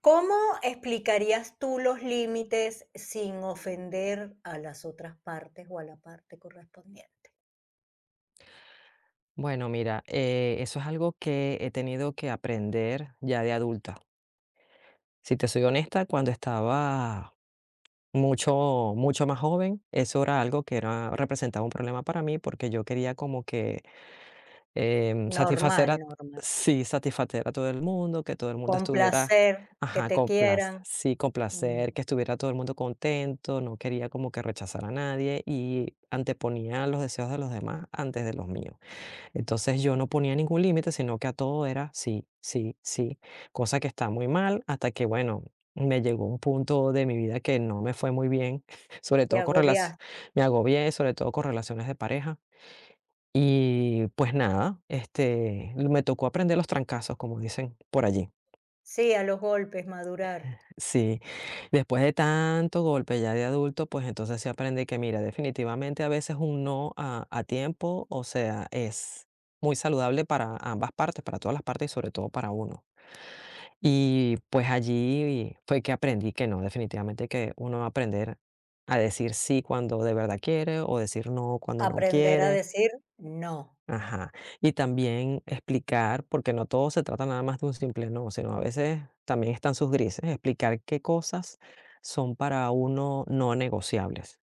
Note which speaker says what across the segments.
Speaker 1: ¿Cómo explicarías tú los límites sin ofender a las otras partes o a la parte correspondiente?
Speaker 2: Bueno, mira, eso es algo que he tenido que aprender ya de adulta. Si te soy honesta, cuando estaba mucho, mucho más joven, eso era algo que era, representaba un problema para mí porque yo quería como que satisfacer
Speaker 1: Normal,
Speaker 2: a,
Speaker 1: normal.
Speaker 2: sí, satisfacer a todo el mundo, que todo el mundo
Speaker 1: Con
Speaker 2: estuviera,
Speaker 1: placer, que
Speaker 2: ajá,
Speaker 1: te
Speaker 2: con placer,
Speaker 1: quieran.
Speaker 2: sí, con
Speaker 1: Mm,
Speaker 2: placer, que estuviera todo el mundo contento, no quería como que rechazar a nadie y anteponía los deseos de los demás antes de los míos. Entonces yo no ponía ningún límite, sino que a todo era sí, sí, sí, cosa que está muy mal, hasta que, bueno, me llegó un punto de mi vida que no me fue muy bien, sobre
Speaker 1: te
Speaker 2: todo con relac
Speaker 1: agobiaste.
Speaker 2: me agobié, sobre todo con relaciones de pareja. Y, pues nada, este, me tocó aprender los trancazos, como dicen por allí.
Speaker 1: Sí, a los golpes, madurar.
Speaker 2: Sí, después de tanto golpe ya de adulto, pues entonces sí aprendí que, mira, definitivamente a veces un no a tiempo, o sea, es muy saludable para ambas partes, para todas las partes y sobre todo para uno. Y pues allí fue que aprendí que no, definitivamente que uno va a aprender a decir sí cuando de verdad quiere o decir no cuando no
Speaker 1: Aprender a
Speaker 2: quiere.
Speaker 1: decir no.
Speaker 2: Ajá. Y también explicar, porque no todo se trata nada más de un simple no, sino a veces también están sus grises, explicar qué cosas son para uno no negociables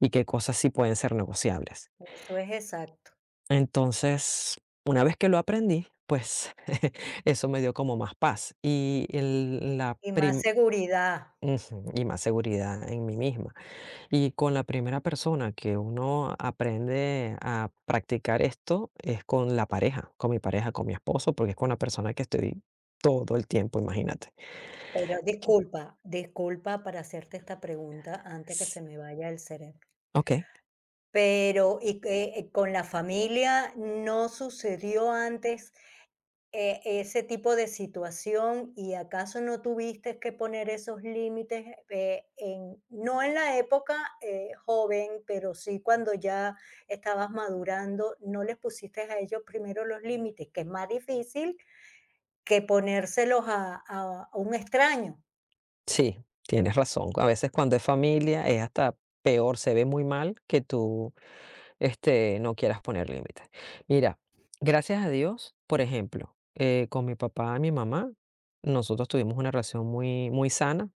Speaker 2: y qué cosas sí pueden ser negociables.
Speaker 1: Eso es exacto.
Speaker 2: Entonces, una vez que lo aprendí, pues eso me dio como más paz. Y la
Speaker 1: Y más seguridad.
Speaker 2: Ujú, y más seguridad en mí misma. Y con la primera persona que uno aprende a practicar esto es con la pareja, con mi esposo, porque es con la persona que estoy todo el tiempo, imagínate.
Speaker 1: Pero disculpa para hacerte esta pregunta antes que
Speaker 2: S
Speaker 1: se me vaya el cerebro.
Speaker 2: Ok,
Speaker 1: Pero, y que, con la familia, ¿no sucedió antes, ese tipo de situación? ¿Y acaso no tuviste que poner esos límites, en no en la época, joven, pero sí cuando ya estabas madurando, no les pusiste a ellos primero los límites, que es más difícil que ponérselos a a un extraño?
Speaker 2: sí, tienes razón. A veces cuando es familia es hasta peor, se ve muy mal que tú, este, no quieras poner límites. Mira, gracias a Dios, por ejemplo, con mi papá y mi mamá, nosotros tuvimos una relación muy, muy sana.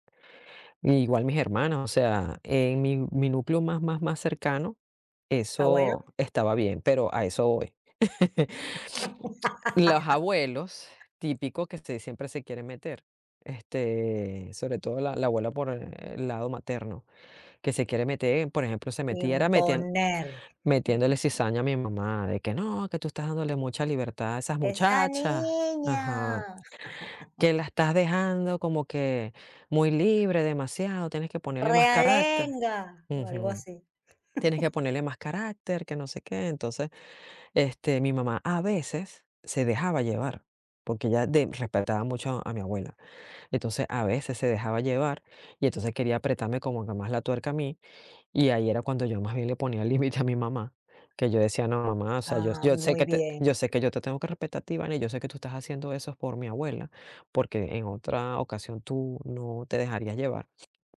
Speaker 2: Igual mis hermanas, o sea, en mi núcleo más, más, más cercano, eso
Speaker 1: Abuelo.
Speaker 2: estaba bien, pero a eso voy. Los abuelos, típicos que se siempre se quieren meter, este, sobre todo la abuela por el lado materno, que se quiere meter, por ejemplo, se metía, era metien
Speaker 1: Imponer.
Speaker 2: metiéndole cizaña a mi mamá de que: "No, que tú estás dándole mucha libertad a esas
Speaker 1: Esa
Speaker 2: muchachas".
Speaker 1: niña.
Speaker 2: Ajá. Que la estás dejando como que muy libre demasiado, tienes que ponerle más carácter.
Speaker 1: Realenga, o algo
Speaker 2: Ujú.
Speaker 1: así.
Speaker 2: Tienes que ponerle más carácter, que no sé qué. Entonces, este, mi mamá a veces se dejaba llevar, porque ella de respetaba mucho a mi abuela. Entonces, a veces se dejaba llevar y entonces quería apretarme como que más la tuerca a mí. Y ahí era cuando yo más bien le ponía límite a mi mamá, que yo decía: "No, mamá, o sea, yo
Speaker 1: Ah,
Speaker 2: yo sé
Speaker 1: muy
Speaker 2: que te
Speaker 1: bien,
Speaker 2: yo sé que yo te tengo que respetar a ti, ¿vale? Yo sé que tú estás haciendo eso por mi abuela, porque en otra ocasión tú no te dejarías llevar".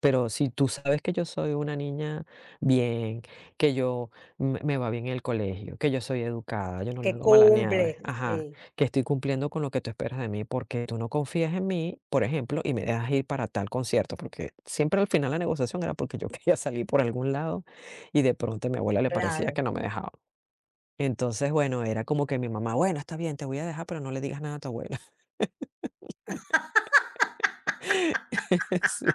Speaker 2: Pero si tú sabes que yo soy una niña bien, que yo me va bien en el colegio, que yo soy educada, yo no
Speaker 1: que
Speaker 2: le hago mala
Speaker 1: cumple,
Speaker 2: nieve,
Speaker 1: sí,
Speaker 2: ajá, que estoy cumpliendo con lo que tú esperas de mí, porque tú no confías en mí, por ejemplo, y me dejas ir para tal concierto, porque siempre al final la negociación era porque yo quería salir por algún lado y de pronto a mi abuela le parecía
Speaker 1: claro,
Speaker 2: que no me dejaba. Entonces, bueno, era como que mi mamá, bueno, está bien, te voy a dejar, pero no le digas nada a tu abuela. Sí.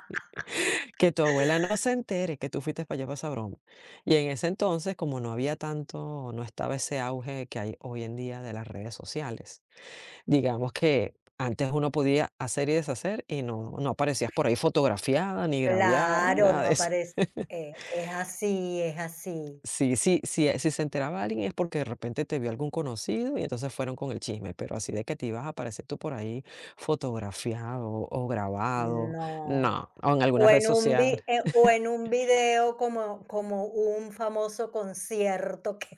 Speaker 2: Que tu abuela no se entere que tú fuiste para allá para esa broma. Y en ese entonces, como no había tanto, no estaba ese auge que hay hoy en día de las redes sociales. Digamos que antes uno podía hacer y deshacer y no, no aparecías por ahí fotografiada, ni graviada, ni
Speaker 1: claro,
Speaker 2: nada
Speaker 1: no
Speaker 2: de eso.
Speaker 1: aparece. Es así, es así.
Speaker 2: Sí, sí, sí, si se enteraba alguien es porque de repente te vio algún conocido y entonces fueron con el chisme, pero así de que te ibas a aparecer tú por ahí fotografiado o grabado,
Speaker 1: No.
Speaker 2: no, o en alguna
Speaker 1: O
Speaker 2: red
Speaker 1: en un vi
Speaker 2: social.
Speaker 1: o en un video como como un famoso concierto que.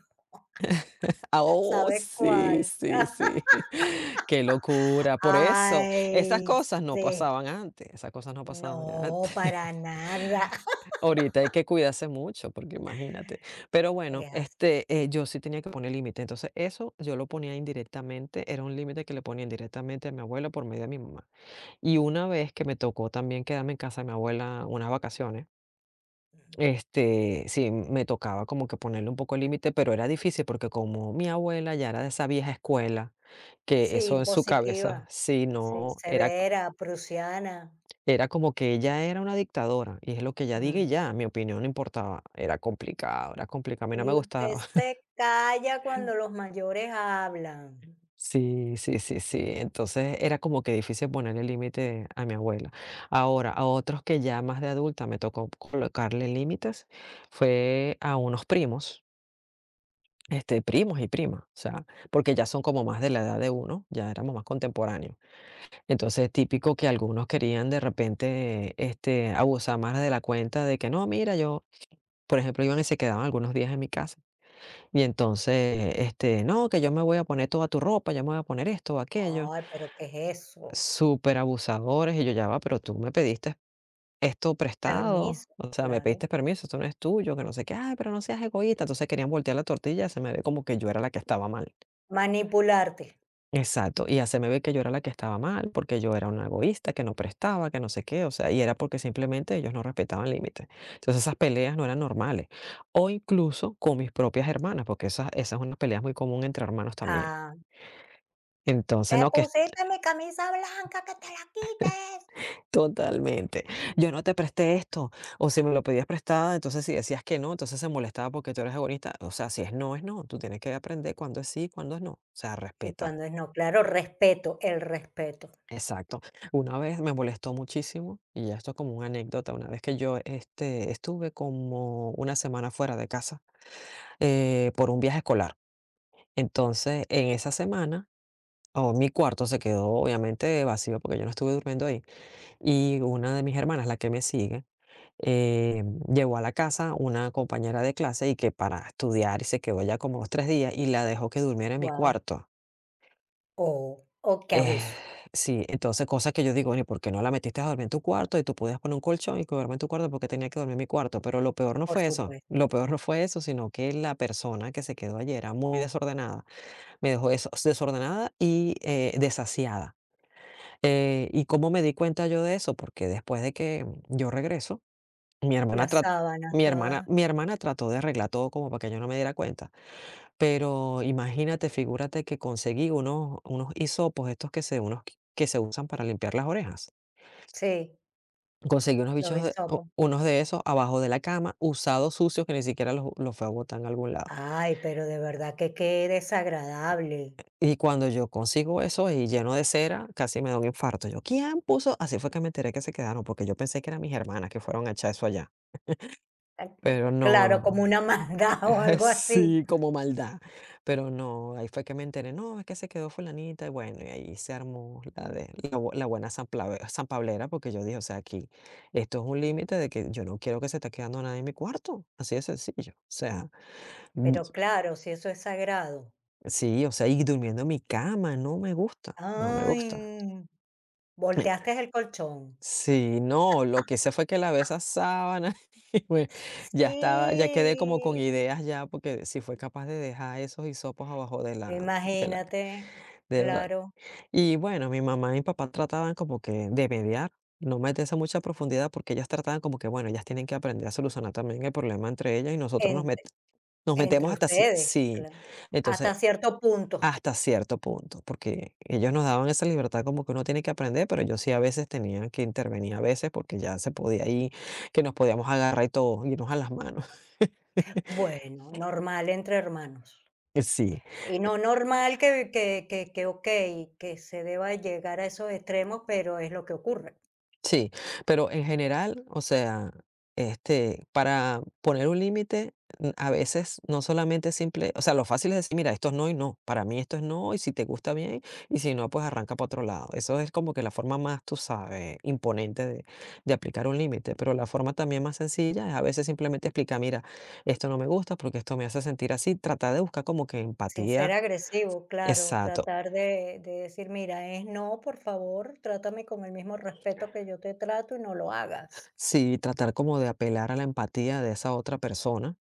Speaker 2: Ah, oh,
Speaker 1: ¿Sabes
Speaker 2: sí,
Speaker 1: cuál?
Speaker 2: sí, sí. Qué locura. Por eso, esas
Speaker 1: Ay,
Speaker 2: cosas no
Speaker 1: sí.
Speaker 2: pasaban antes, esas cosas no pasaban
Speaker 1: No,
Speaker 2: antes.
Speaker 1: para nada.
Speaker 2: Ahorita hay que cuidarse mucho, porque imagínate. Pero bueno,
Speaker 1: Es así.
Speaker 2: este, yo sí tenía que poner límite. Entonces, eso yo lo ponía indirectamente, era un límite que le ponía indirectamente a mi abuela por medio de mi mamá. Y una vez que me tocó también quedarme en casa de mi abuela unas vacaciones, este, sí, me tocaba como que ponerle un poco límite, pero era difícil porque como mi abuela ya era de esa vieja escuela, que
Speaker 1: Sí,
Speaker 2: eso en su
Speaker 1: impositiva.
Speaker 2: cabeza, si
Speaker 1: Sí,
Speaker 2: no, era,
Speaker 1: severa, prusiana.
Speaker 2: era como que ella era una dictadora y es lo que ella diga y
Speaker 1: Mm.
Speaker 2: ya, mi opinión no importaba, era complicado, a mí no
Speaker 1: Y
Speaker 2: me
Speaker 1: usted
Speaker 2: gustaba.
Speaker 1: se calla cuando los mayores hablan.
Speaker 2: Sí, sí, sí, sí, entonces era como que difícil ponerle límite a mi abuela. Ahora, a otros que ya más de adulta me tocó colocarle límites, fue a unos primos. Este, primos y primas, o sea, porque ya son como más de la edad de uno, ya éramos más contemporáneos. Entonces, típico que algunos querían de repente, este, abusar más de la cuenta de que no, mira, yo, por ejemplo, iban y se quedaban algunos días en mi casa. Y entonces, este, no, que yo me voy a poner toda tu ropa, yo me voy a poner esto o aquello.
Speaker 1: Ay, pero ¿qué es eso?
Speaker 2: Súper abusadores y yo ya va, pero tú me pediste esto prestado,
Speaker 1: Permiso,
Speaker 2: o sea, me
Speaker 1: claro.
Speaker 2: pediste permiso, esto no es tuyo, que no sé qué, ay, pero no seas egoísta. Entonces querían voltear la tortilla, se me ve como que yo era la que estaba mal.
Speaker 1: Manipularte.
Speaker 2: Exacto, y haceme que yo era la que estaba mal, porque yo era una egoísta, que no prestaba, que no sé qué, o sea, y era porque simplemente ellos no respetaban límites. Entonces esas peleas no eran normales. O incluso con mis propias hermanas, porque esas, esas son unas peleas muy común entre hermanos también.
Speaker 1: Ah,
Speaker 2: Entonces,
Speaker 1: te
Speaker 2: no, que es
Speaker 1: pusiste mi camisa blanca, que te la quites.
Speaker 2: totalmente, yo no
Speaker 1: Mm,
Speaker 2: te presté esto, o si me lo pedías prestado, entonces si decías que no, entonces se molestaba porque tú eres egoísta. O sea, si es no, es no, tú tienes que aprender cuándo es sí, cuándo es no, o sea,
Speaker 1: y
Speaker 2: respeta.
Speaker 1: cuando es no, claro, respeto, el respeto.
Speaker 2: Exacto. Una vez me molestó muchísimo, y ya esto es como una anécdota, una vez que yo este, estuve como una semana fuera de casa por un viaje escolar. Entonces, en esa semana, oh, mi cuarto se quedó obviamente vacío porque yo no estuve durmiendo ahí. Y una de mis hermanas, la que me sigue, llegó a la casa una compañera de clase y que para estudiar y se quedó allá como los tres días y la dejó que durmiera en mi
Speaker 1: Wow.
Speaker 2: cuarto.
Speaker 1: O o qué
Speaker 2: Eh,
Speaker 1: abuso,
Speaker 2: sí, entonces cosas que yo digo, bueno, ¿y por qué no la metiste a dormir en tu cuarto? Y tú podías poner un colchón y que duerma en tu cuarto porque tenía que dormir en mi cuarto. Pero lo peor no
Speaker 1: por
Speaker 2: fue eso,
Speaker 1: supuesto.
Speaker 2: lo peor no fue eso, sino que la persona que se quedó ayer era muy desordenada. Me dejó eso, desordenada y desasiada. ¿Y cómo me di cuenta yo de eso? Porque después de que yo regreso, mi hermana,
Speaker 1: Las
Speaker 2: tra-
Speaker 1: sábanas todas
Speaker 2: mi hermana trató de arreglar todo como para que yo no me diera cuenta. Pero imagínate, figúrate que conseguí unos hisopos, estos que se unos que se usan para limpiar las orejas.
Speaker 1: sí,
Speaker 2: Conseguí unos
Speaker 1: los
Speaker 2: bichos de u
Speaker 1: hisopos.
Speaker 2: unos de esos abajo de la cama, usados, sucios, que ni siquiera los fue a botar en algún lado.
Speaker 1: Ay, pero de verdad que qué desagradable.
Speaker 2: Y cuando yo consigo eso y lleno de cera, casi me da un infarto. Yo: "¿Quién puso?". Así fue que me enteré que se quedaron, porque yo pensé que eran mis hermanas que fueron a echar eso allá,
Speaker 1: Ah,
Speaker 2: pero
Speaker 1: claro,
Speaker 2: no.
Speaker 1: como una maldad o algo así.
Speaker 2: Sí, como maldad. Pero no, ahí fue que me enteré, no, es que se quedó fulanita y bueno, y ahí se armó la de la buena sanpablera, porque yo dije, o sea, aquí, esto es un límite de que yo no quiero que se esté quedando nadie en mi cuarto, así de sencillo. O sea, mm,
Speaker 1: Pero claro, si eso es sagrado.
Speaker 2: sí, o sea, y durmiendo en mi cama, no me gusta, no me gusta.
Speaker 1: Ay, volteaste el colchón.
Speaker 2: Sí, no, lo que hice fue que lavé esa sábana y me- ya estaba, ya quedé como con
Speaker 1: Sí.
Speaker 2: ideas ya, porque si fue capaz de dejar esos hisopos abajo de la.
Speaker 1: Imagínate,
Speaker 2: De verdad.
Speaker 1: claro,
Speaker 2: Y bueno, mi mamá y mi papá trataban como que de mediar, no meterse a mucha profundidad, porque ellas trataban como que, bueno, ellas tienen que aprender a solucionar también el problema entre ellas y
Speaker 1: entre
Speaker 2: nos
Speaker 1: entre
Speaker 2: metemos hasta
Speaker 1: ustedes,
Speaker 2: sí,
Speaker 1: claro,
Speaker 2: entonces
Speaker 1: hasta cierto punto.
Speaker 2: hasta cierto punto, porque ellos nos daban esa libertad como que uno tiene que aprender, pero yo sí a veces tenía que intervenir a veces porque ya se podía ir, que nos podíamos agarrar y todo, irnos a las manos.
Speaker 1: Bueno, normal entre hermanos.
Speaker 2: Sí.
Speaker 1: Y no normal que ok, que se deba llegar a esos extremos, pero es lo que ocurre.
Speaker 2: Sí, pero en general, o sea, para poner un límite, a veces no solamente simple, o sea, lo fácil es decir, mira, esto es no y no, para mí esto es no, y si te gusta bien, y si no, pues arranca para otro lado. Eso es como que la forma más, tú sabes, imponente de aplicar un límite, pero la forma también más sencilla es a veces simplemente explicar, mira, esto no me gusta porque esto me hace sentir así, tratar de buscar como que
Speaker 1: Sin ser
Speaker 2: empatía.
Speaker 1: agresivo, claro,
Speaker 2: Exacto.
Speaker 1: tratar de decir, mira, es no, por favor, trátame con el mismo respeto que yo te trato y no lo hagas.
Speaker 2: Sí, tratar como de apelar a la empatía de esa otra persona.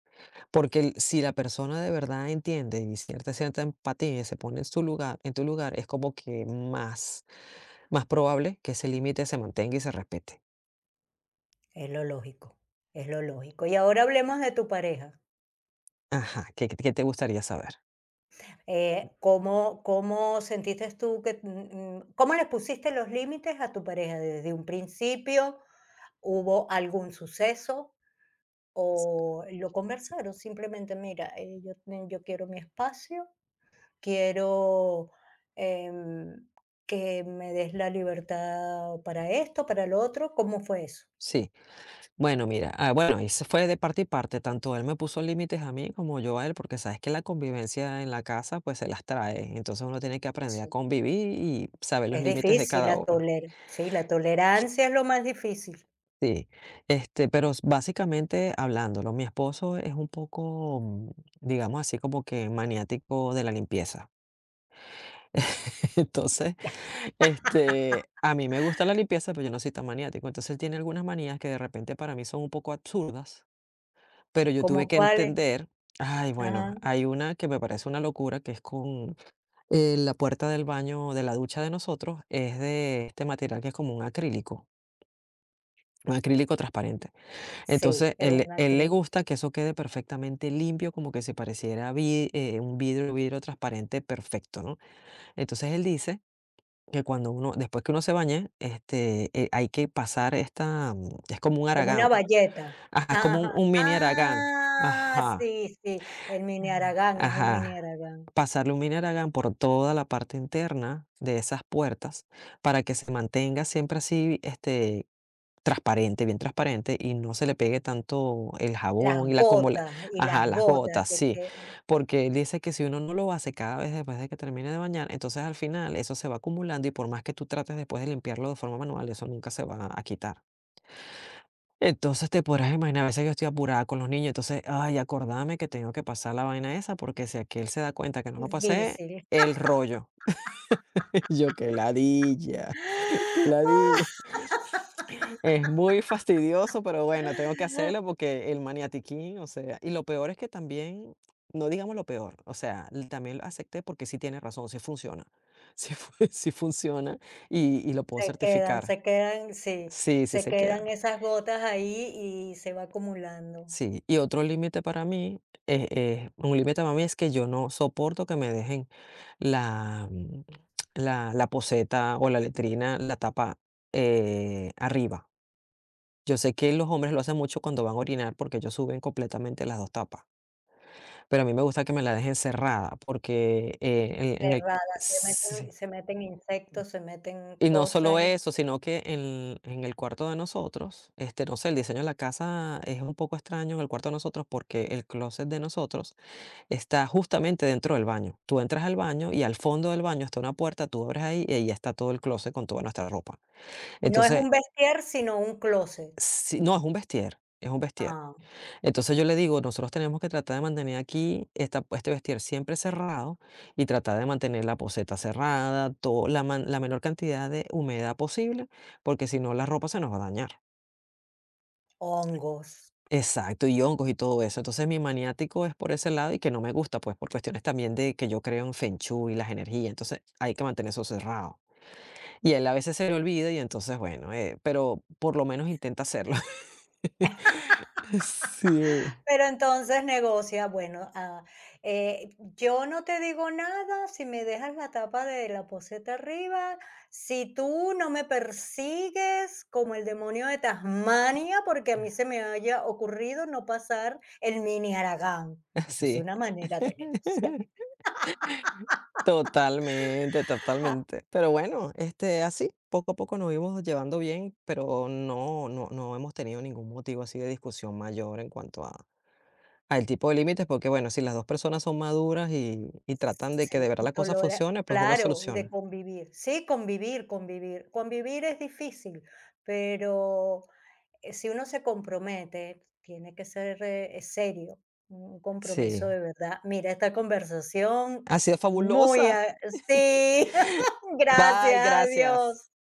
Speaker 2: Porque el si la persona de verdad entiende y cierta empatía y se pone en su lugar, en tu lugar, es como que más, más probable que ese límite se mantenga y se respete.
Speaker 1: Es lo lógico, es lo lógico. Y ahora hablemos de tu pareja.
Speaker 2: Ajá, ¿qué te gustaría saber?
Speaker 1: ¿Cómo, cómo sentiste tú que, cómo le pusiste los límites a tu pareja desde un principio? ¿Hubo algún suceso o lo conversaron? Simplemente, mira, yo, yo quiero mi espacio quiero em, que me des la libertad para esto, para lo otro, ¿cómo fue eso?
Speaker 2: Sí. Bueno, mira, ah, bueno, ahí se fue de parte y parte, tanto él me puso límites a mí como yo a él, porque sabes que la convivencia en la casa, pues, se las trae. Entonces, uno tiene que aprender a
Speaker 1: Sí.
Speaker 2: convivir y saber los
Speaker 1: Es
Speaker 2: límites de
Speaker 1: difícil
Speaker 2: cada
Speaker 1: la
Speaker 2: uno.
Speaker 1: toler sí, la tolerancia es lo más difícil.
Speaker 2: Sí, pero s básicamente hablándolo, mi esposo es un poco, digamos así, como que maniático de la limpieza. Entonces, a mí me gusta la limpieza, pero yo no soy tan maniático. Entonces, él tiene algunas manías que de repente para mí son un poco absurdas, pero yo tuve
Speaker 1: ¿Cómo
Speaker 2: que
Speaker 1: cuál es?
Speaker 2: entender. Ay,
Speaker 1: Ajá,
Speaker 2: bueno, hay una que me parece una locura, que es con la puerta del baño, de la ducha de nosotros, es de este material que es como un acrílico transparente.
Speaker 1: sí,
Speaker 2: Entonces,
Speaker 1: es
Speaker 2: él,
Speaker 1: una
Speaker 2: él le
Speaker 1: cri
Speaker 2: gusta que eso quede perfectamente limpio, como que se pareciera a un vidrio, vidrio transparente perfecto, ¿no? Entonces, él dice que cuando uno, después que uno se bañe, hay que pasar esta, es como un
Speaker 1: como
Speaker 2: aragán,
Speaker 1: una bayeta.
Speaker 2: ajá, es como
Speaker 1: Ajá,
Speaker 2: un mini aragán,
Speaker 1: ah,
Speaker 2: ajá,
Speaker 1: sí, sí, el mini haragán, es un mini
Speaker 2: ajá.
Speaker 1: haragán.
Speaker 2: Pasarle un mini aragán por toda la parte interna de esas puertas para que se mantenga siempre así, transparente, bien transparente, y no se le pegue tanto el jabón
Speaker 1: Las
Speaker 2: y la, como la,
Speaker 1: gotas y las
Speaker 2: ajá, las
Speaker 1: gotas
Speaker 2: gotas,
Speaker 1: que
Speaker 2: sí.
Speaker 1: quedan,
Speaker 2: Porque él dice que si uno no lo hace cada vez después de que termine de bañar, entonces al final eso se va acumulando y por más que tú trates después de limpiarlo de forma manual, eso nunca se va a quitar. Entonces te podrás imaginar, a veces yo estoy apurada con los niños, entonces, ay, acordarme que tengo que pasar la vaina esa, porque si aquel se da cuenta que no lo pasé,
Speaker 1: difícil.
Speaker 2: el rollo. Y yo, qué ladilla, qué
Speaker 1: Ah,
Speaker 2: ladilla. Es muy fastidioso, pero bueno, tengo que hacerlo porque el maniatiquín, o sea, y lo peor es que también, no digamos lo peor, o sea, también lo acepté porque sí tiene razón, sí funciona, sí, sí funciona y lo puedo
Speaker 1: se quedan,
Speaker 2: certificar,
Speaker 1: se quedan, sí,
Speaker 2: sí, sí
Speaker 1: se
Speaker 2: se queda,
Speaker 1: quedan esas gotas ahí y se va acumulando,
Speaker 2: sí. Y otro límite para mí, un límite para mí es que yo no soporto que me dejen la, la, la poceta o la letrina, la tapa arriba. Yo sé que los hombres lo hacen mucho cuando van a orinar porque ellos suben completamente las 2 tapas, pero a mí me gusta que me la dejen cerrada porque, en el,
Speaker 1: cerrada,
Speaker 2: sí.
Speaker 1: se meten insectos, se meten
Speaker 2: Y no solo
Speaker 1: cosas y
Speaker 2: eso, sino que en el cuarto de nosotros, no sé, el diseño de la casa es un poco extraño en el cuarto de nosotros porque el closet de nosotros está justamente dentro del baño. Tú entras al baño y al fondo del baño está una puerta, tú abres ahí y ahí está todo el closet con toda nuestra ropa.
Speaker 1: no es
Speaker 2: Entonces,
Speaker 1: un vestier, sino un closet.
Speaker 2: sí no, es un vestier, es un vestier.
Speaker 1: Ah,
Speaker 2: Entonces yo le digo, nosotros tenemos que tratar de mantener aquí esta, este vestir siempre cerrado y tratar de mantener la poceta cerrada, todo, la, la menor cantidad de humedad posible, porque si no la ropa se nos va a dañar.
Speaker 1: hongos.
Speaker 2: Exacto, y hongos y todo eso. Entonces mi maniático es por ese lado y que no me gusta, pues por cuestiones también de que yo creo en Feng Shui y las energías. Entonces hay que mantener eso cerrado. Y él a veces se le olvida y entonces, bueno, pero por lo menos intenta hacerlo. Sí,
Speaker 1: Pero entonces negocia, bueno, ah, eh, yo no te digo nada si me dejas la tapa de la poceta arriba, si tú no me persigues como el demonio de Tasmania, porque a mí se me haya ocurrido no pasar el mini Haragán. Eso es
Speaker 2: sí.
Speaker 1: una manera de negociar.
Speaker 2: Totalmente, totalmente. Pero bueno, así, poco a poco nos íbamos llevando bien, pero no hemos tenido ningún motivo así de discusión mayor en cuanto a al tipo de límites, porque bueno, si las 2 personas son maduras y tratan de que de
Speaker 1: Sí,
Speaker 2: verdad
Speaker 1: y
Speaker 2: la cosa
Speaker 1: tolera
Speaker 2: funcione, pues uno
Speaker 1: claro, y de
Speaker 2: soluciona.
Speaker 1: convivir. Sí, convivir, convivir. Convivir es difícil, pero, si uno se compromete, tiene que ser, serio, un
Speaker 2: Sí.
Speaker 1: compromiso de verdad. Mira, esta conversación
Speaker 2: Ha sido
Speaker 1: muy
Speaker 2: fabulosa.
Speaker 1: a sí,
Speaker 2: Bye,
Speaker 1: gracias,
Speaker 2: gracias.
Speaker 1: adiós.